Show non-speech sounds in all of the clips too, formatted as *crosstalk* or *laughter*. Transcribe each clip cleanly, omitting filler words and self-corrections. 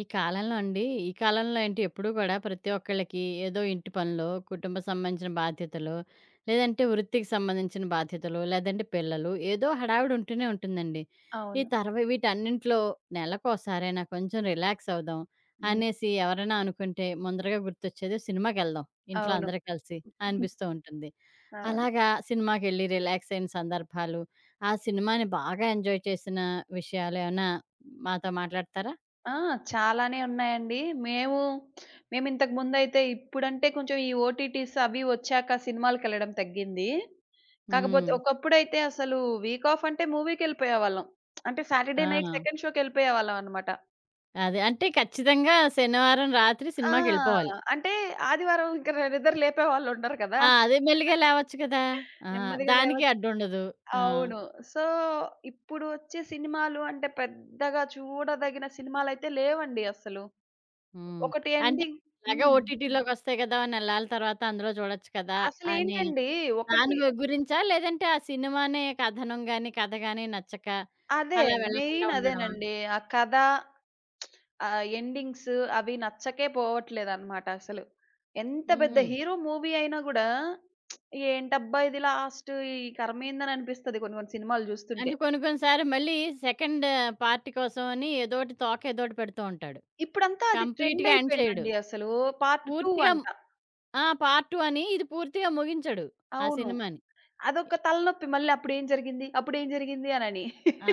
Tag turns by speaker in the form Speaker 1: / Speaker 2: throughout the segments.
Speaker 1: ఈ కాలంలో అండి ఈ కాలంలో ఏంటి, ఎప్పుడూ కూడా ప్రతి ఒక్కళ్ళకి ఏదో ఇంటి పనులు, కుటుంబ సంబంధించిన బాధ్యతలు, లేదంటే వృత్తికి సంబంధించిన బాధ్యతలు, లేదంటే పిల్లలు ఏదో హడావిడి ఉంటూనే ఉంటుందండి. ఈ
Speaker 2: అవును.
Speaker 1: వీటన్నింటిలో నెలకోసారైనా కొంచెం రిలాక్స్ అవుదాం
Speaker 2: హ్మ్.
Speaker 1: అనేసి ఎవరైనా అనుకుంటే ముందరగా గుర్తొచ్చేది సినిమాకెళ్దాం ఇంట్లో
Speaker 2: అవును.
Speaker 1: అందరూ కలిసి
Speaker 2: *laughs*
Speaker 1: అనిపిస్తూ ఉంటుంది.
Speaker 2: అవును.
Speaker 1: అలాగా సినిమాకెళ్ళి రిలాక్స్ అయిన సందర్భాలు, ఆ సినిమాని బాగా ఎంజాయ్ చేసిన విషయాలేమైనా మాతో మాట్లాడతారా?
Speaker 2: ఆ! చాలానే ఉన్నాయండి. మేము మేమింతకు ముందయితే ఇప్పుడంటే కొంచెం ఈ ఓటీటీస్ అవి వచ్చాక సినిమాలకెళ్ళడం తగ్గింది.
Speaker 1: హ్మ్.
Speaker 2: కాకపోతే ఒకప్పుడైతే అసలు వీక్ ఆఫ్ అంటే మూవీకెళ్ళిపోయేవాళ్ళం. అంటే
Speaker 1: ఆ!
Speaker 2: సాటర్‌డే నైట్ సెకండ్ షోకెళ్ళిపోయేవాళ్ళం అనమాట.
Speaker 1: అదే. అంటే ఖచ్చితంగా శనివారం రాత్రి
Speaker 2: ఆ!
Speaker 1: సినిమాకెళ్ళిపోవాలి.
Speaker 2: అంటే ఆదివారం ఇంక నిద్ర లేపేవాళ్ళుండరు కదా!
Speaker 1: ఆ! అదే మెల్లిగా
Speaker 2: *laughs*
Speaker 1: లేవచ్చు కదా! ఆ!
Speaker 2: నెమ్మదిగా
Speaker 1: దానికి
Speaker 2: లేవచ్చు.
Speaker 1: అడ్డుండదు. ఆ!
Speaker 2: అవును. సో, ఇప్పుడు వచ్చే సినిమాలు అంటే పెద్దగా చూడదగిన సినిమాలైతే లేవండి అసలు.
Speaker 1: హ్మ్.
Speaker 2: ఒకటి
Speaker 1: అంటే
Speaker 2: ఎండింగ్.
Speaker 1: ఎలాగో
Speaker 2: హ్మ్.
Speaker 1: ఓటీటీలోకొస్తాయి కదా! నెలల తర్వాత అందులో చూడొచ్చు కదా! అని
Speaker 2: అసలేంటండి ఒకటి
Speaker 1: దాని గురించా? లేదంటే ఆ సినిమానే కథనం గాని, కథ గాని నచ్చక
Speaker 2: అదే
Speaker 1: అలా వెళ్ళకుండా
Speaker 2: మెయిన్
Speaker 1: ఉండడమా?
Speaker 2: అదేనండి. ఆ కథ, ఆ ఎండింగ్స్ అవి నచ్చకే పోవట్లేదనమాట అసలు. ఎంత పెద్ద
Speaker 1: హుహు.
Speaker 2: హీరో మూవీ అయినా గూడా ఏంటబ్బా! ఇది లాస్ట్ ఈ కర్మేందని అనిపిస్తది కొన్ని కొన్ని సినిమాలు జూస్తుంటే.
Speaker 1: అంటే కొన్ని కొన్ని సార్లు మళ్ళీ సెకండ్ పార్ట్ కోసం అని ఏదోటి తోక ఏదోటి పెడుతూ ఉంటాడు.
Speaker 2: ఇప్పుడంతా అది ట్రెండ్
Speaker 1: కంప్లీట్‌గా ఎండ్ చేయడు.
Speaker 2: అయిపోయిందండి అసలు. పార్ట్ 2
Speaker 1: పూర్తిగా
Speaker 2: అంట.
Speaker 1: ఆ! పార్ట్ 2 అని ఇది పూర్తిగా ముగించడు ఆ
Speaker 2: అవును.
Speaker 1: సినిమాని.
Speaker 2: అదొక తలనొప్పి. మళ్ళీ అప్పుడేం జరిగింది? అప్పుడేం జరిగింది? అనని.
Speaker 1: ఆ!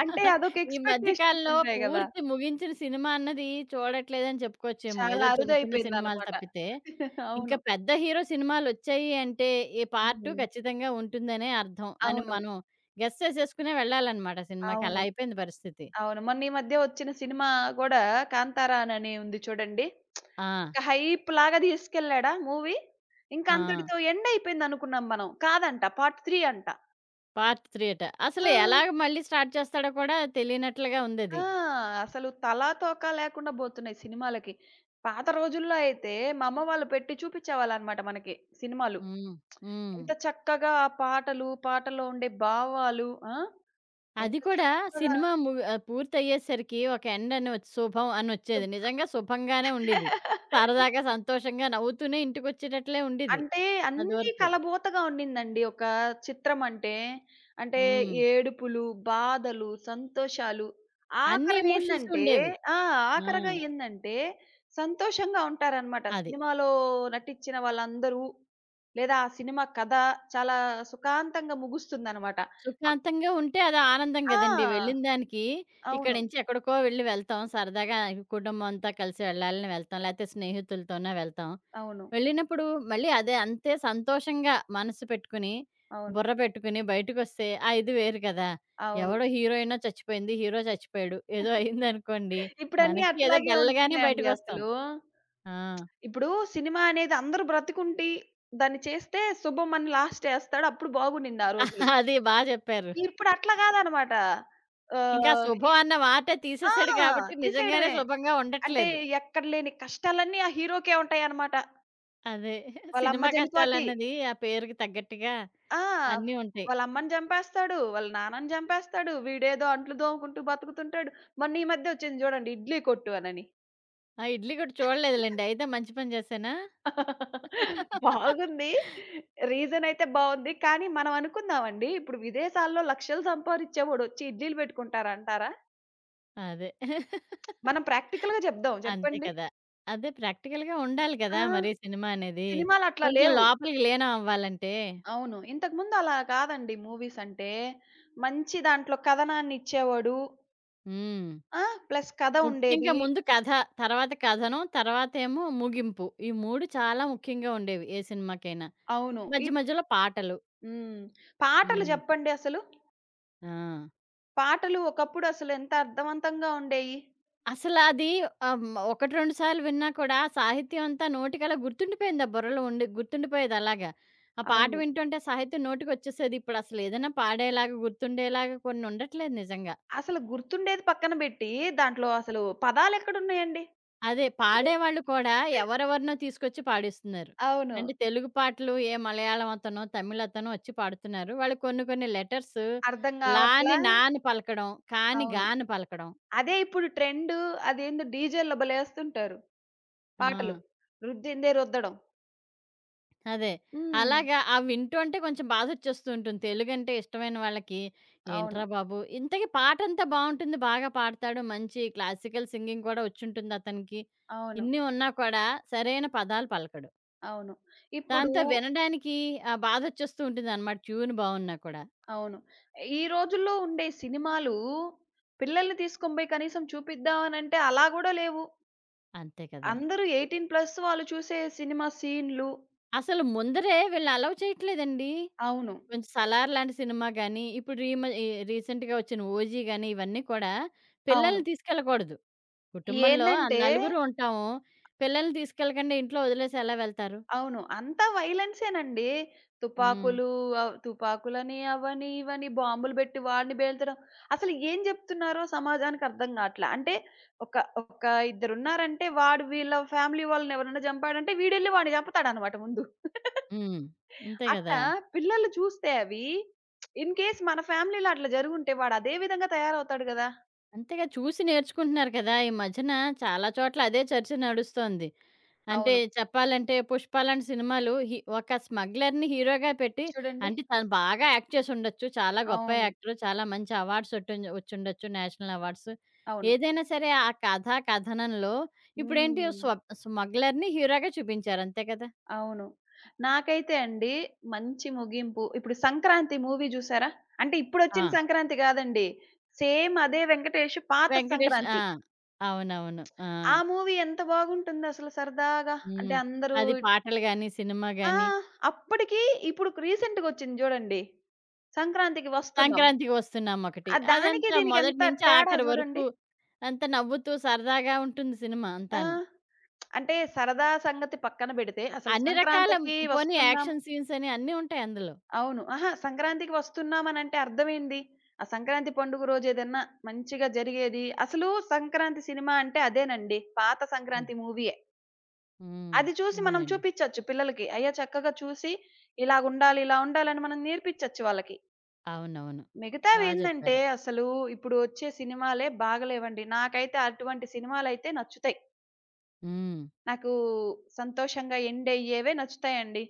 Speaker 2: అంటే అదొక
Speaker 1: ఈ మధ్య
Speaker 2: ఎక్స్‌పెక్టేషన్స్
Speaker 1: కాలంలో
Speaker 2: ఉంటాయి గదా!
Speaker 1: పూర్తి ముగించిన సినిమా అన్నది చూడట్లేదని చెప్పుకోవచ్చేమో.
Speaker 2: చాలా
Speaker 1: ఏదో చిన్న చిన్న సినిమాలు
Speaker 2: అరుదైపోయిందనమాట.
Speaker 1: తప్పితే. ఇంకా
Speaker 2: అవును.
Speaker 1: పెద్ద హీరో సినిమాలొచ్చాయి అంటే ఈ పార్ట్ 2
Speaker 2: హ్మ్.
Speaker 1: ఖచ్చితంగా ఉంటుందనే అర్థం అని
Speaker 2: అవును.
Speaker 1: మనం గెస్ చేసేసుకునే వెళ్ళాలన్నమాట సినిమాకి. అలా
Speaker 2: అవును.
Speaker 1: అయిపోయింది పరిస్థితి.
Speaker 2: అవును. మొన్న ఈ మధ్య వచ్చిన సినిమా గూడా 'కాంతారా' అనని ఉంది చూడండి.
Speaker 1: ఆ!
Speaker 2: ఒక హైప్‌లాగా తీసుకెళ్ళాడా మూవీ. ఇంక
Speaker 1: ఆ!
Speaker 2: అంతటితో ఎండ్ అయిపోయిందనుకున్నాం మనం. కాదంట పార్ట్ 3 అంట.
Speaker 1: పార్ట్ 3 అట. అసలు
Speaker 2: ఆ!
Speaker 1: ఎలాగ మళ్ళీ స్టార్ట్ చేస్తాడో కూడా తెలియనట్లుగా ఉందది.
Speaker 2: ఆ! అసలు తలా, తోకా లేకుండా బోతున్నాయి సినిమాలకి. పాత రోజుల్లో అయితే మా అమ్మ వాళ్ళు పెట్టి చూపిచ్చేవాళ్ళనమాట మనకి సినిమాలు.
Speaker 1: హ్మ్. హ్మ్.
Speaker 2: ఎంత చక్కగా ఆ పాటలు, పాటల్లో ఉండే భావాలు. ఆ!
Speaker 1: అది
Speaker 2: ఎంత
Speaker 1: కూడా
Speaker 2: చక్కగా.
Speaker 1: సినిమా మూవీ పూర్తయ్యేసరికి ఒక ఎండ్ అని వచ్చి శుభం అనొచ్చేది. నిజంగా శుభంగానే ఉండేది.
Speaker 2: సు
Speaker 1: సరదాగా, సంతోషంగా నవ్వుతూనే ఇంటికొచ్చేటట్లే ఉండేది.
Speaker 2: అంటే అన్నీ
Speaker 1: అదివరకు.
Speaker 2: కలబోతగా ఉండిందండి. ఒక చిత్రం అంటే. అంటే
Speaker 1: హ్మ్.
Speaker 2: ఏడుపులు, బాధలు, సంతోషాలు.
Speaker 1: అన్ని ఎమోషన్స్
Speaker 2: ఆఖరనేందంటే
Speaker 1: ఉండేవి.
Speaker 2: ఆ!
Speaker 1: ఆ!
Speaker 2: ఆఖరగా ఏందంటే సంతోషంగా ఉంటారనమాట.
Speaker 1: అది.
Speaker 2: సినిమాలో నటించిన వాళ్ళందరూ. లేదా ఆ సినిమా కథ చాలా సుఖాంతంగా ముగుస్తుందనమాట.
Speaker 1: సుఖాంతంగా ఉంటే అది ఆనందం గదండీ! వెళ్ళిన
Speaker 2: ఆ!
Speaker 1: దానికి ఇక్కడి
Speaker 2: అవును.
Speaker 1: నుంచి ఎక్కడికో వెళ్ళి వెళ్తాం. సరదాగా కుటుంబం అంతా కలిసి వెళ్ళాలని వెళ్తాం. లేతే స్నేహితులతోనే వెళ్తాం.
Speaker 2: అవును.
Speaker 1: వెళ్ళినప్పుడు మళ్ళీ అదే అంతే సంతోషంగా మనసు పెట్టుకుని,
Speaker 2: అవును.
Speaker 1: బుర్ర పెట్టుకుని బయటకొస్తే ఆ ఇది వేరు కదా!
Speaker 2: అవును.
Speaker 1: ఎవడో హీరోయినో చచ్చిపోయింది, హీరో చచ్చిపోయాడు, ఏదో
Speaker 2: *laughs*
Speaker 1: అయిందనుకోండి,
Speaker 2: ఇప్పుడన్నీ
Speaker 1: మనకి ఏదో
Speaker 2: అట్లాగే
Speaker 1: డల్‌గానే
Speaker 2: ఉంటున్నాయండి
Speaker 1: బయటకొస్తాం.
Speaker 2: అసలు.
Speaker 1: ఆ!
Speaker 2: ఇప్పుడు సినిమా అనేది అందరూ బ్రతికుండి, దాన్ని చేస్తే శుభం అని లాస్ట్ చేస్తాడు. అప్పుడు బాగుండిద్ది ఆ రోజులు.
Speaker 1: *laughs* అది బా చెప్పారు.
Speaker 2: ఇప్పుడు అట్లా కాదనమాట.
Speaker 1: ఇంకా
Speaker 2: ఆహ్, హి
Speaker 1: శుభం అన్న మాటే
Speaker 2: ఆ!
Speaker 1: తీసేసాడు కాబట్టి నిజంగానే
Speaker 2: తీసేయడమే.
Speaker 1: శుభంగా
Speaker 2: అంటే
Speaker 1: ఉండట్లేదు.
Speaker 2: ఎక్కడ లేని కష్టాలన్నీ ఆ హీరోకే ఉంటాయనమాట.
Speaker 1: అదే.
Speaker 2: వాళ్ళ అమ్మ
Speaker 1: సినిమా
Speaker 2: చనిపోద్ది.
Speaker 1: కష్టాలన్నది ఆ పేరుకి తగ్గట్టుగా
Speaker 2: ఆ!
Speaker 1: అన్నీ ఉంటాయి.
Speaker 2: వాళ్ళ అమ్మని చంపేస్తాడు. వాళ్ళ నాన్నని చంపేస్తాడు. వీడేదో అంట్లు తోముకుంటూ బతుకుతుంటాడు. మొన్న ఈ మధ్య వచ్చింది చూడండి 'ఇడ్లీ కొట్టు' అనని.
Speaker 1: ఆ ఇడ్లీ కూడా చూడలేదులెండి. అయితే మంచి పని చేశానా? *laughs*
Speaker 2: బాగుంది. రీజన్ అయితే బావుంది. కానీ మనం అనుకుందామండి. ఇప్పుడు విదేశాల్లో లక్షలు సంపాదిచ్చేవాడొచ్చి ఇడ్లీలు పెట్టుకుంటారా అంటారా?
Speaker 1: అదే.
Speaker 2: మనం ప్రాక్టికల్‌గా జెప్దాం.
Speaker 1: అంతే
Speaker 2: చెప్పండి.
Speaker 1: కదా! అదే ప్రాక్టికల్‌గా ఉండాలి కదా!
Speaker 2: ఆ!
Speaker 1: మరి సినిమా అనేది.
Speaker 2: సినిమాలట్లా
Speaker 1: కొంచెం
Speaker 2: లేవు.
Speaker 1: లోపలికి లీనం అవ్వాలంటే.
Speaker 2: అవును. ఇంతకుముందు అలా కాదండి మూవీస్ అంటే. మంచి దాంట్లో కథనాన్నిచ్చేవాడు.
Speaker 1: హ్మ్.
Speaker 2: ఆ! ప్లస్ కథ
Speaker 1: ముఖ్యంగా
Speaker 2: ఉండేది.
Speaker 1: ముందు కథ, తర్వాత కథనం, తర్వాతేమో ముగింపు. ఈ 3 చాలా ముఖ్యంగా ఉండేవి ఏ సినిమాకైనా.
Speaker 2: అవును.
Speaker 1: మధ్య మధ్యలో పాటలు.
Speaker 2: హ్మ్. పాటలు
Speaker 1: హ్మ్.
Speaker 2: జెప్పండి అసలు.
Speaker 1: ఆ!
Speaker 2: పాటలు ఒకప్పుడు అసలెంత అర్థవంతంగా ఉండేయి.
Speaker 1: అసలది ఆహ్, హ్మ్. 1, 2 సార్లు విన్నా కూడా ఆ సాహిత్యం అంతా నోటికలా గుర్తుండిపోయింది. ఆ బుర్రలో ఉండి గుర్తుండిపోయేది అలాగా. ఆ పాట
Speaker 2: అవును.
Speaker 1: వింటుంటే సాహిత్యం నోటికొచ్చేసేది. ఇప్పుడసలు ఏదైనా పాడేలాగా, గుర్తుండేలాగా కొన్ని ఉండట్లేదు నిజంగా.
Speaker 2: అసలు గుర్తుండేది పక్కన బెట్టి, దాంట్లో అసలు పదాలెక్కడున్నాయండి?
Speaker 1: అదే పాడేవాళ్ళు కూడా ఎవరెవరినో తీసుకొచ్చి పాడిస్తున్నారు.
Speaker 2: అవును.
Speaker 1: అంటే తెలుగు పాటలు ఏ మలయాళం అతనో, తమిళ్ అతనో వచ్చి పాడుతున్నారు. వాళ్ళు కొన్ని కొన్ని లెటర్స్
Speaker 2: అర్థం
Speaker 1: లా అని
Speaker 2: గావట్లా.
Speaker 1: నా అని పలకడం. కా అని గా
Speaker 2: అవును.
Speaker 1: అని పలకడం.
Speaker 2: అదే ఇప్పుడు ట్రెండ్. అదేందో డీజేల్లో భలేస్తుంటారు పాటలు.
Speaker 1: ఆ!
Speaker 2: రుద్దిందే రుద్దడం.
Speaker 1: అదే.
Speaker 2: హ్మ్.
Speaker 1: అలాగా అవి వింటుంటే కొంచెం బాధొచ్చేస్తూ ఉంటుంది. తెలుగంటే ఇష్టమైన వాళ్ళకి,
Speaker 2: అవును.
Speaker 1: ఏంట్రా బాబు! ఇంతకీ పాటంతా బావుంటుంది. బాగా పాడతాడు. మంచి క్లాసికల్ సింగింగ్ కూడా వచ్చుంటుంది అతనికి.
Speaker 2: అవును.
Speaker 1: ఇన్ని ఉన్నా కూడా సరైన పదాలు పలకడు.
Speaker 2: అవును. ఇప్పుడు.
Speaker 1: దాంతో వినడానికి బాధొచ్చేస్తూ ఉంటుందనమాట ట్యూన్ బావున్నా కూడా.
Speaker 2: అవును. ఈ రోజుల్లో ఉండే సినిమాలు పిల్లల్ని తీసుకొని బోయి కనీసం చూపిద్దామనంటే అలా గూడా లేవు.
Speaker 1: అంతే కదా!
Speaker 2: అందరూ 18+ వాళ్ళు చూసే సినిమా సీన్‌లు.
Speaker 1: అసలు ముందరే వీళ్ళు అలౌ చేయట్లేదండి.
Speaker 2: అవును.
Speaker 1: కొంచెం 'సలార్' లాంటి సినిమా గాని, ఇప్పుడు రీమ ఈ రీసెంట్‌గా వచ్చిన 'ఓజీ' గాని ఇవన్నీ కూడా
Speaker 2: అవును.
Speaker 1: పిల్లల్ని తీసుకెళ్ళకూడదు. కుటుంబంలో
Speaker 2: ఏందంటే
Speaker 1: నలుగురు ఉంటాము. పిల్లల్ని తీసుకెళ్ళకండి ఇంట్లో వదిలేసి ఎలా వెళ్తారు?
Speaker 2: అవును. అంతా వైలెన్సేనండి.
Speaker 1: హ్మ్.
Speaker 2: తుపాకులు, ఆహ్, తుపాకులని అవని, ఇవని బాంబులు బెట్టి వాడిని పేల్చడం. అసలు ఏం జెప్తున్నారో సమాజానికి అర్థం గాట్లా. అంటే ఒక ఒక ఇద్దరున్నారంటే వాడు వీళ్ళ ఫ్యామిలీ వాళ్ళని ఎవరైనా చంపాడంటే వీడెళ్లి వాడిని చంపుతాడన్నమాట ముందు.
Speaker 1: హ్మ్. అంతే గదా!
Speaker 2: అట్టా పిల్లలు చూస్తే అవి ఇన్ కేస్ మన ఫ్యామిలీలో అట్లా జరుగుంటే వాడు అదే విధంగా తయారవుతాడు గదా!
Speaker 1: అంతేగా చూసి నేర్చుకుంటున్నారు కదా! ఈ మధ్యన చాలా చోట్ల అదే చర్చ నడుస్తోంది. అంటే
Speaker 2: అవును.
Speaker 1: చెప్పాలంటే 'పుష్ప' లాంటి సినిమాలు ఒక స్మగ్లర్‌ని హీరోగా పెట్టి
Speaker 2: చూడండి.
Speaker 1: అంటే తను బాగా యాక్ట్ చేసుండొచ్చు. చాలా గొప్ప
Speaker 2: అవును.
Speaker 1: యాక్టరు. చాలా మంచి అవార్డ్స్ ఒట్టుండ వచ్చుండొచ్చు. National awards.
Speaker 2: అవును.
Speaker 1: ఏదైనా సరే ఆ కథా కథనంలో ఇప్పుడేంటి
Speaker 2: హ్మ్.
Speaker 1: స్మగ్లర్‌ని హీరోగా చూపించారు. అంతే కదా!
Speaker 2: అవును. నాకైతే అండి మంచి ముగింపు. ఇప్పుడు 'సంక్రాంతి' మూవీ చూసారా? అంటే
Speaker 1: ఆ!
Speaker 2: ఇప్పుడొచ్చిన సంక్రాంతి గాదండి. సేమ్ అదే వెంకటేష్ పాత
Speaker 1: వెంకటేష్ ఆ!
Speaker 2: 'సంక్రాంతి'.
Speaker 1: అవునవును. ఆ!
Speaker 2: ఆ మూవీ ఎంత బాగుంటుందసలు సరదాగా.
Speaker 1: హ్మ్.
Speaker 2: అంటే అందరూ.
Speaker 1: అది పాటలు గాని, సినిమా
Speaker 2: ఆ!
Speaker 1: గాని,
Speaker 2: అప్పటికి ఇప్పుడు రీసెంట్‌గొచ్చింది జూడండి. 'సంక్రాంతికి' వస్తున్నాం.
Speaker 1: 'సంక్రాంతికి వస్తున్నాం' ఒకటి.
Speaker 2: ఆ దానికి
Speaker 1: అదంతా
Speaker 2: దీనికి
Speaker 1: మొదటి
Speaker 2: ఎంత
Speaker 1: నుంచి
Speaker 2: తేడా
Speaker 1: ఆఖరి వరకు
Speaker 2: జూడండి.
Speaker 1: అంతా నవ్వుతూ సరదాగా ఉంటుంది సినిమా
Speaker 2: ఆ!
Speaker 1: అంతాను.
Speaker 2: అంటే సరదా సంగతి పక్కన బెడితే అసలు
Speaker 1: అన్ని రకాల
Speaker 2: సంక్రాంతికి
Speaker 1: పోనీ
Speaker 2: వస్తున్నాం.
Speaker 1: యాక్షన్ సీన్స్ అని అన్నీ ఉంటాయి అందులో.
Speaker 2: అవును. అహా! సంక్రాంతికి వస్తున్నామనంటే అర్థమేంది? ఆ సంక్రాంతి పండుగ రోజేదన్నా మంచిగా జరిగేది. అసలు సంక్రాంతి సినిమా అంటే అదేనండి. పాత
Speaker 1: హ్మ్.
Speaker 2: సంక్రాంతి మూవీయే.
Speaker 1: హ్మ్.
Speaker 2: అది చూసి మనం
Speaker 1: అవునండి.
Speaker 2: చూపిచ్చొచ్చు పిల్లలకి. అయ్యా! చక్కగా చూసి ఇలాగుండాలి, ఇలా ఉండాలని మనం నేర్పిచ్చొచ్చు వాళ్ళకి.
Speaker 1: అవునవును. బా
Speaker 2: మిగతావేందంటే
Speaker 1: జెప్పారు.
Speaker 2: అసలు ఇప్పుడు వచ్చే సినిమాలే బాగలేవండి. నాకైతే అటువంటి సినిమాలైతే నచ్చుతాయి.
Speaker 1: హ్మ్.
Speaker 2: నాకు సంతోషంగా ఎండయ్యేవే నచ్చుతాయండి.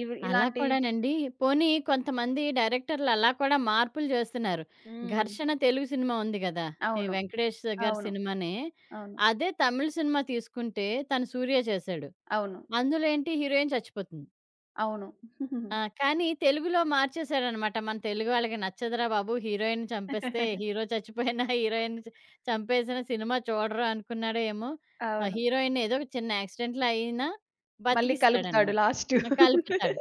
Speaker 2: ఇవి
Speaker 1: అలా
Speaker 2: ఇలాంటి.
Speaker 1: కూడానండి. పోనీ కొంతమంది డైరెక్టర్‌లు అలా కూడా మార్పులు చేస్తున్నారు.
Speaker 2: హ్మ్.
Speaker 1: 'ఘర్షణ' తెలుగు సినిమా ఉంది గదా! ఈ
Speaker 2: అవును.
Speaker 1: వెంకటేష్ గారి
Speaker 2: అవును.
Speaker 1: సినిమానే.
Speaker 2: అవును.
Speaker 1: అదే తమిళ్ సినిమా తీసుకుంటే తను 'సూర్య' చేశాడు.
Speaker 2: అవును.
Speaker 1: అందులో ఏంటి హీరోయిన్ చచ్చిపోతుంది.
Speaker 2: అవును.
Speaker 1: ఆ! కానీ తెలుగులో మార్చేసాడనమాట. మన తెలుగు వాళ్ళకి నచ్చదురా బాబు! హీరోయిన్‌ని చంపేస్తే
Speaker 2: *laughs*
Speaker 1: హీరో చచ్చిపోయినా హీరోయిన్‌ని చంపేసిన సినిమా చూడరు అనుకున్నాడో ఏమో! ఆ
Speaker 2: అవును.
Speaker 1: హీరోయిన్ ఏదో ఒక చిన్న యాక్సిడెంట్‌లో అయినా
Speaker 2: మళ్ళీ కలుపుతాడు
Speaker 1: బతికిస్తాడనమాట.
Speaker 2: లాస్ట్.
Speaker 1: ఆ! కలుపుతాడు.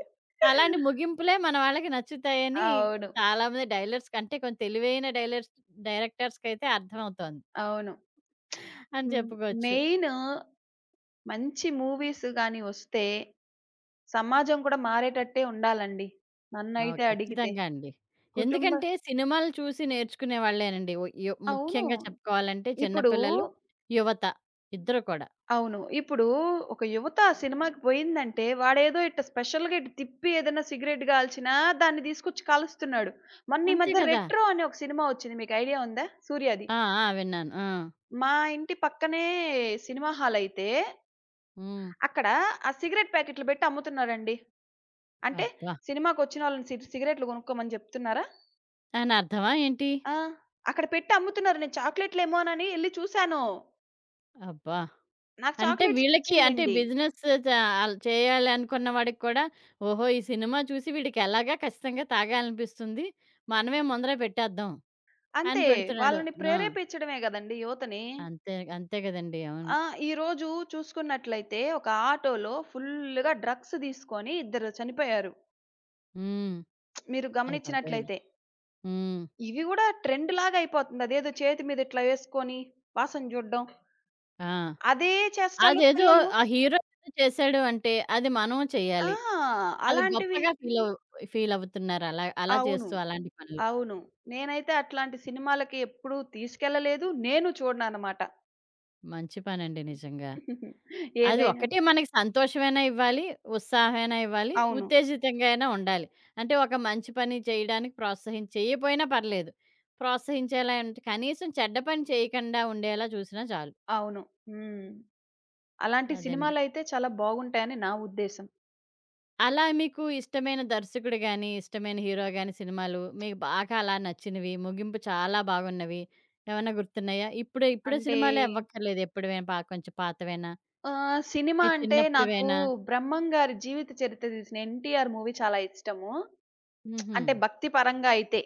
Speaker 1: అలాంటి ముగింపులే మన వాళ్ళకి నచ్చుతాయని
Speaker 2: అవును.
Speaker 1: చాలామంది డైలర్స్ కంటే కొంచెం తెలివైన డైరెక్టర్స్‌కైతే అర్థమవుతోంది
Speaker 2: అవును.
Speaker 1: అని
Speaker 2: హ్మ్.
Speaker 1: చెప్పుకోవచ్చు.
Speaker 2: మెయిన్ మంచి మూవీస్ గాని వస్తే సమాజం కూడా మారేటట్టే ఉండాలండి.
Speaker 1: ఓహ్!
Speaker 2: నన్నైతే అడిగితే.
Speaker 1: ఖచ్చితంగా అండి.
Speaker 2: కుటుంబ.
Speaker 1: ఎందుకంటే సినిమాలు చూసి నేర్చుకునే వాళ్ళేనండి. ఓ యు
Speaker 2: అవును.
Speaker 1: ముఖ్యంగా చెప్పుకోవాలంటే చిన్న
Speaker 2: ఇప్పుడు.
Speaker 1: పిల్లలు, యువత ఇద్దరు కూడా.
Speaker 2: అవును. ఇప్పుడు ఒక యువత ఆ సినిమాకి పోయిందంటే, వాడేదో ఇట్ట స్పెషల్‌గా ఇటు తిప్పి ఏదైనా సిగరెట్ కాల్చినా, దాన్ని తీసుకొచ్చి కాలుస్తున్నాడు. మొన్న ఈ
Speaker 1: అంతే
Speaker 2: మధ్య
Speaker 1: కదా!
Speaker 2: 'రెట్రో' అనే ఒక సినిమా వచ్చింది. మీకు ఐడియా ఉందా? సూర్యాది.
Speaker 1: ఆ! ఆ! విన్నాను. ఆ!
Speaker 2: మా ఇంటి పక్కనే సినిమా హాల్ అయితే,
Speaker 1: హ్మ్.
Speaker 2: అక్కడ ఆ సిగరెట్ ప్యాకెట్లు పెట్టి అమ్ముతున్నారండి. అంటే
Speaker 1: అబ్బా!
Speaker 2: సినిమాకొచ్చిన వాళ్ళని సిగరెట్లు కొనుక్కోమని చెప్తున్నారా?
Speaker 1: దాని అర్థమా ఏంటి?
Speaker 2: ఆ! అక్కడ పెట్టి అమ్ముతున్నారు. నేను చాక్లెట్‌లేమోనని ఎళ్లి చూశాను.
Speaker 1: అబ్బా!
Speaker 2: నాకు
Speaker 1: అంటే
Speaker 2: చాక్లెట్స్
Speaker 1: వీళ్ళకి అంటే
Speaker 2: పిచ్చిలేండి.
Speaker 1: బిజినెస్ చ ఆల్ చేయాలి అనుకున్న వాడికి కూడా ఓహో! ఈ సినిమా చూసి వీడికి ఎలాగా ఖచ్చితంగా తాగాలనిపిస్తుంది. మనమే ముందర పెట్టేద్దాం అని
Speaker 2: అంతే.
Speaker 1: పెడుతున్నాడు.
Speaker 2: వాళ్ళని
Speaker 1: ఆ!
Speaker 2: ప్రేరేపించడమే గదండీ యువతని.
Speaker 1: అంతే అంతే కదండీ! అవును.
Speaker 2: ఆ! ఈరోజు చూసుకున్నట్లయితే ఒక ఆటోలో ఫుల్‌గా డ్రగ్స్ తీసుకొని ఇద్దరు చనిపోయారు.
Speaker 1: హ్మ్.
Speaker 2: మీరు
Speaker 1: అయ్య బాబోయ్!
Speaker 2: గమనించినట్లయితే.
Speaker 1: హ్మ్.
Speaker 2: ఇవి గూడా ట్రెండ్‌లాగా అయిపోతుంది. అదేదో చేతి మీద ఇట్లా వేసుకొని వాసన చూడడం.
Speaker 1: ఆ!
Speaker 2: అదే చేష్టాలు
Speaker 1: అదేదో
Speaker 2: పిల్లలు.
Speaker 1: ఆ హీరో ఏదో చేశాడు అంటే, అది మనం
Speaker 2: ఆ!
Speaker 1: చేయాలి. అది
Speaker 2: అలాంటివి.
Speaker 1: గొప్పగా ఫీలవుతున్నారు. అలా అలా
Speaker 2: అవును.
Speaker 1: చేస్తూ అలాంటి పనులు.
Speaker 2: అవును. నేనైతే అట్లాంటి సినిమాలకి ఎప్పుడూ తీసుకెళ్ళలేదు. నేను చూడననమాట.
Speaker 1: మంచి పనండి నిజంగా.
Speaker 2: *laughs*
Speaker 1: అది
Speaker 2: ఏదైనా.
Speaker 1: ఒక్కటే మనకి సంతోషమైనా ఇవ్వాలి, ఉత్సాహమైనా ఇవ్వాలి,
Speaker 2: అవును.
Speaker 1: ఉత్తేజితంగా అయినా ఉండాలి. అంటే ఒక మంచి పని చేయడానికి చేయపోయినా పర్లేదు. ప్రోత్సహించేలా అంటే కనీసం చెడ్డ పని చేయకుండా ఉండేలా చూసినా చాలు.
Speaker 2: అవును. హ్మ్. అలాంటి
Speaker 1: అదండి.
Speaker 2: సినిమాలైతే చాలా బాగుంటాయని నా ఉద్దేశం.
Speaker 1: అలా మీకు ఇష్టమైన దర్శకుడు గాని, ఇష్టమైన హీరో గాని సినిమాలు మీకు బాగా అలా నచ్చినవి, ముగింపు చాలా బాగున్నవి ఏమన్నా గుర్తున్నాయా? ఇప్పుడు ఇప్పుడే
Speaker 2: అంటే
Speaker 1: సినిమాలే అవ్వక్కర్లేదు. ఎప్పుడువే కొంచెం పాతవేనా?
Speaker 2: ఆహ్, సినిమా
Speaker 1: మీ
Speaker 2: అంటే నాకు
Speaker 1: చిన్నప్పుడువేనా?
Speaker 2: 'బ్రహ్మం' గారి జీవిత చరిత్ర తీసిన 'ఎన్టీఆర్' మూవీ చాలా ఇష్టము.
Speaker 1: హుహు.
Speaker 2: అంటే భక్తి పరంగా అయితే.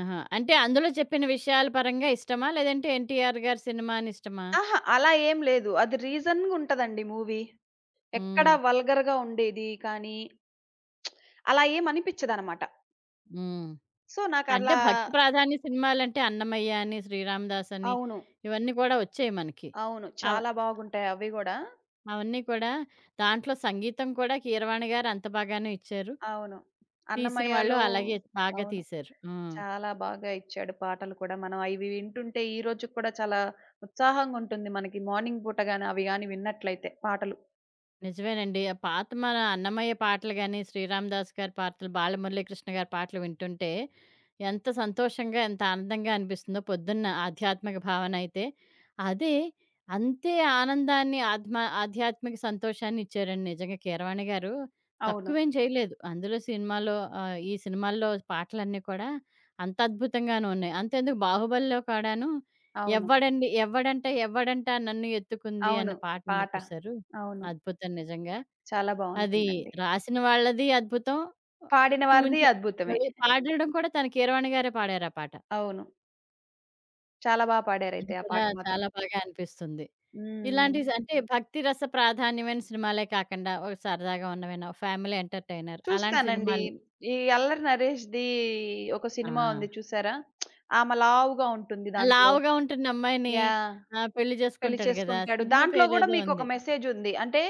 Speaker 1: ఆహా! అంటే అందులో చెప్పిన విషయాల పరంగా ఇష్టమా? లేదంటే 'ఎన్టీఆర్' గారి సినిమా అని ఇష్టమా?
Speaker 2: అహా! అలా ఏం లేదు. అది రీజన్‌గా ఉంటదండి మూవీ. ఎక్కడ
Speaker 1: హ్మ్.
Speaker 2: వల్గర్‌గా ఉండేది కానీ, అలా ఏం అనిపిచ్చదనమాట.
Speaker 1: హ్మ్.
Speaker 2: సో,
Speaker 1: అంటే
Speaker 2: నాకలా.
Speaker 1: భక్తి ప్రాధాన్య సినిమాలంటే 'అన్నమయ్య' అని, 'శ్రీరామదాస్' అని
Speaker 2: అవును.
Speaker 1: ఇవన్నీ కూడా వచ్చాయి మనకి.
Speaker 2: అవును. చాలా బాగుంటాయి అవి గూడా.
Speaker 1: అవన్నీ కూడా దాంట్లో సంగీతం కూడా కీరవాణి గారు అంత బాగానే ఇచ్చారు.
Speaker 2: అవును.
Speaker 1: తీసిన వాళ్ళు
Speaker 2: అన్నమయ్యలో.
Speaker 1: అలాగే బాగా
Speaker 2: అవును.
Speaker 1: తీశారు. ఆ!
Speaker 2: చాలా బాగా ఇచ్చాడు పాటలు కూడా. మనం అవి వింటుంటే ఈ రోజుకి కూడా చాలా ఉత్సాహంగా ఉంటుంది మనకి. మార్నింగ్ పూట గాని అవి గాని విన్నట్లయితే పాటలు.
Speaker 1: నిజమేనండి. ఆ పాత మన అన్నమయ్య పాటలు గాని, శ్రీరామదాస్ గారి పాటలు, బాలమురళీకృష్ణ గారి పాటలు వింటుంటే ఎంత సంతోషంగా, ఎంత ఆనందంగా అనిపిస్తుందో పొద్దున్న ఆధ్యాత్మిక భావన అయితే. అదే అంతే ఆనందాన్ని ఆత్మ ఆధ్యాత్మిక సంతోషాన్ని ఇచ్చారండి నిజంగా కీరవాణి గారు.
Speaker 2: అవును.
Speaker 1: తక్కువేం చేయలేదు. అందులో సినిమాలో ఈ సినిమాల్లో పాటలన్నీ కూడా అంత అద్భుతంగానే ఉన్నాయి. అంతెందుకు 'బాహుబలిలో' కూడాను
Speaker 2: అవును.
Speaker 1: ఎవ్వడండి ఎవ్వడంట ఎవ్వడంట నన్ను ఎత్తుకుంది అన్న
Speaker 2: అవును.
Speaker 1: పాటుంది
Speaker 2: పాట.
Speaker 1: చూసారు?
Speaker 2: అవును.
Speaker 1: అద్భుతం నిజంగా.
Speaker 2: చాలా
Speaker 1: అది
Speaker 2: బావుంటుందండి.
Speaker 1: రాసిన వాళ్ళది అద్భుతం.
Speaker 2: పాడిన వారిది
Speaker 1: చూయించి
Speaker 2: అద్భుతమే.
Speaker 1: మళ్ళీ పాడడం కూడా తన కీరవాణి గారే పాడారు ఆ పాట.
Speaker 2: అవును. చాలా బా
Speaker 1: అది
Speaker 2: పాడారైతే ఆ
Speaker 1: కూడా
Speaker 2: పాట మాత్రం.
Speaker 1: చాలా బాగా అనిపిస్తుంది.
Speaker 2: హ్మ్.
Speaker 1: ఇలాంటి అంటే భక్తి రస ప్రాధాన్యమైన సినిమాలే కాకుండా, ఒక సరదాగా ఉన్నవైనా ఫ్యామిలీ ఎంటర్‌టైనర్ అలాంటి
Speaker 2: చూస్తానండి.
Speaker 1: సినిమాలు
Speaker 2: ఈ అల్లరి నరేష్‌ది ఒక
Speaker 1: ఆ!
Speaker 2: సినిమా ఉంది చూసారా? ఆమె లావుగా ఉంటుంది దాంట్లో.
Speaker 1: లావుగా ఉంటున్న అమ్మాయిని
Speaker 2: యాహ్!
Speaker 1: పెళ్లి
Speaker 2: పెళ్లి
Speaker 1: చేసుకుంటాడు గదా!
Speaker 2: చేసుకుంటాడు.
Speaker 1: సినిమా
Speaker 2: దాంట్లో గూడా
Speaker 1: పేరేదో
Speaker 2: మీకొక
Speaker 1: ఉంది.
Speaker 2: మెసేజుంది. అంటే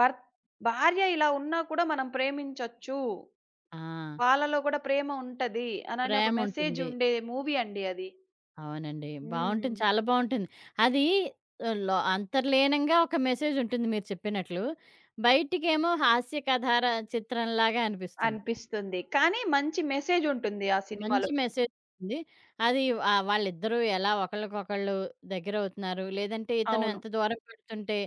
Speaker 2: భర్త్ భార్య ఇలా ఉన్నా కూడా మనం ప్రేమించొచ్చు.
Speaker 1: ఆ!
Speaker 2: వాళ్ళలో గూడా ప్రేమ ఉంటది. అనని ఒక
Speaker 1: ప్రేముంటుంది.
Speaker 2: మెసేజుండే మూవీ అండి అది.
Speaker 1: అవునండి.
Speaker 2: హ్మ్.
Speaker 1: బావుంటుంది. చాలా బావుంటుంది. అది లో అంతర్లీనంగా ఒక మెసేజ్ ఉంటుంది మీరు చెప్పినట్లు. బయటికేమో హాస్య చిత్రంలాగా అనిపిస్తుంది.
Speaker 2: అనిపిస్తుంది. కానీ మంచి మెసేజుంటుంది ఆ
Speaker 1: మంచి
Speaker 2: సినిమాలో.
Speaker 1: మెసేజ్ ఉంది. అది వాళ్ళిద్దరూ ఎలా ఒకళ్ళకొకళ్ళు దగ్గరవుతున్నారు, లేదంటే ఇతను
Speaker 2: అవును.
Speaker 1: ఎంత దూరం పెడుతుంటే,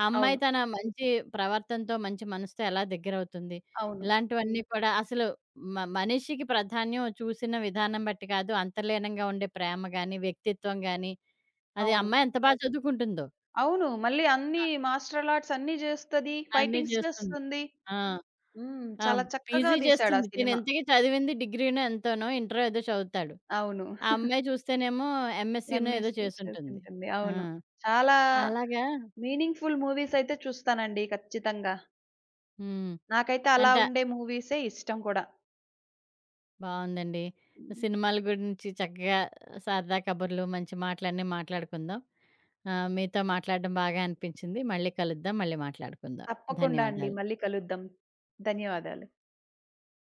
Speaker 1: ఆ అమ్మాయి
Speaker 2: అవును.
Speaker 1: తన మంచి ప్రవర్తనతో, మంచి మనసుతో ఎలా దగ్గరవుతుంది.
Speaker 2: అవును.
Speaker 1: ఇలాంటివన్నీ కూడా అసలు మనిషికి ప్రాధాన్యం చూసిన విధానం బట్టి కాదు, అంతర్లీనంగా ఉండే ప్రేమ గాని, వ్యక్తిత్వం గాని అదే
Speaker 2: అవును.
Speaker 1: అమ్మాయి ఎంత బా చదువుకుంటుందో!
Speaker 2: అవును. మళ్ళీ అన్నీ మాస్టరల్ ఆర్ట్స్ అన్నీ జేస్తది.
Speaker 1: అన్నీ
Speaker 2: ఫైటింగ్స్
Speaker 1: చేస్తుంది.
Speaker 2: చేస్తుంది.
Speaker 1: ఆ!
Speaker 2: హ్మ్.
Speaker 1: ఆ!
Speaker 2: చాలా చక్కగా
Speaker 1: పీజీ
Speaker 2: దీశాడు
Speaker 1: చేస్తుంది.
Speaker 2: ఆ
Speaker 1: తిను
Speaker 2: సినిమా.
Speaker 1: ఇంతకి చదివింది డిగ్రీనో ఎంతోనో, ఇంటరో ఏదో చదువుతాడు.
Speaker 2: అవును.
Speaker 1: ఆ
Speaker 2: *laughs*
Speaker 1: అమ్మాయి చూస్తేనేమో ఎంఎస్సీనో ఏదో
Speaker 2: ఎంఎస్‌సి
Speaker 1: చేసుంటుంది.
Speaker 2: చేసింటుంది.
Speaker 1: ఆ!
Speaker 2: అవును. చాలా
Speaker 1: అలాగా
Speaker 2: మీనింగ్‌ఫుల్ మూవీస్ అయితే చూస్తానండి ఖచ్చితంగా.
Speaker 1: హ్మ్.
Speaker 2: నాకైతే అలా
Speaker 1: అంట
Speaker 2: ఉండే మూవీసే ఇష్టం కూడా.
Speaker 1: బావుందండి.
Speaker 2: హ్మ్.
Speaker 1: సినిమాల గురించి చక్కగా సరదా కబుర్లు, మంచి మాటలన్నీ మాట్లాడుకుందాం. మీతో మాట్లాడడం బాగా అనిపించింది. మళ్ళీ కలుద్దాం. మళ్ళీ మాట్లాడుకుందాం.
Speaker 2: తప్పకుండా అండి.
Speaker 1: ధన్యవాదాలు.
Speaker 2: మళ్ళీ కలుద్దాం. ధన్యవాదాలు.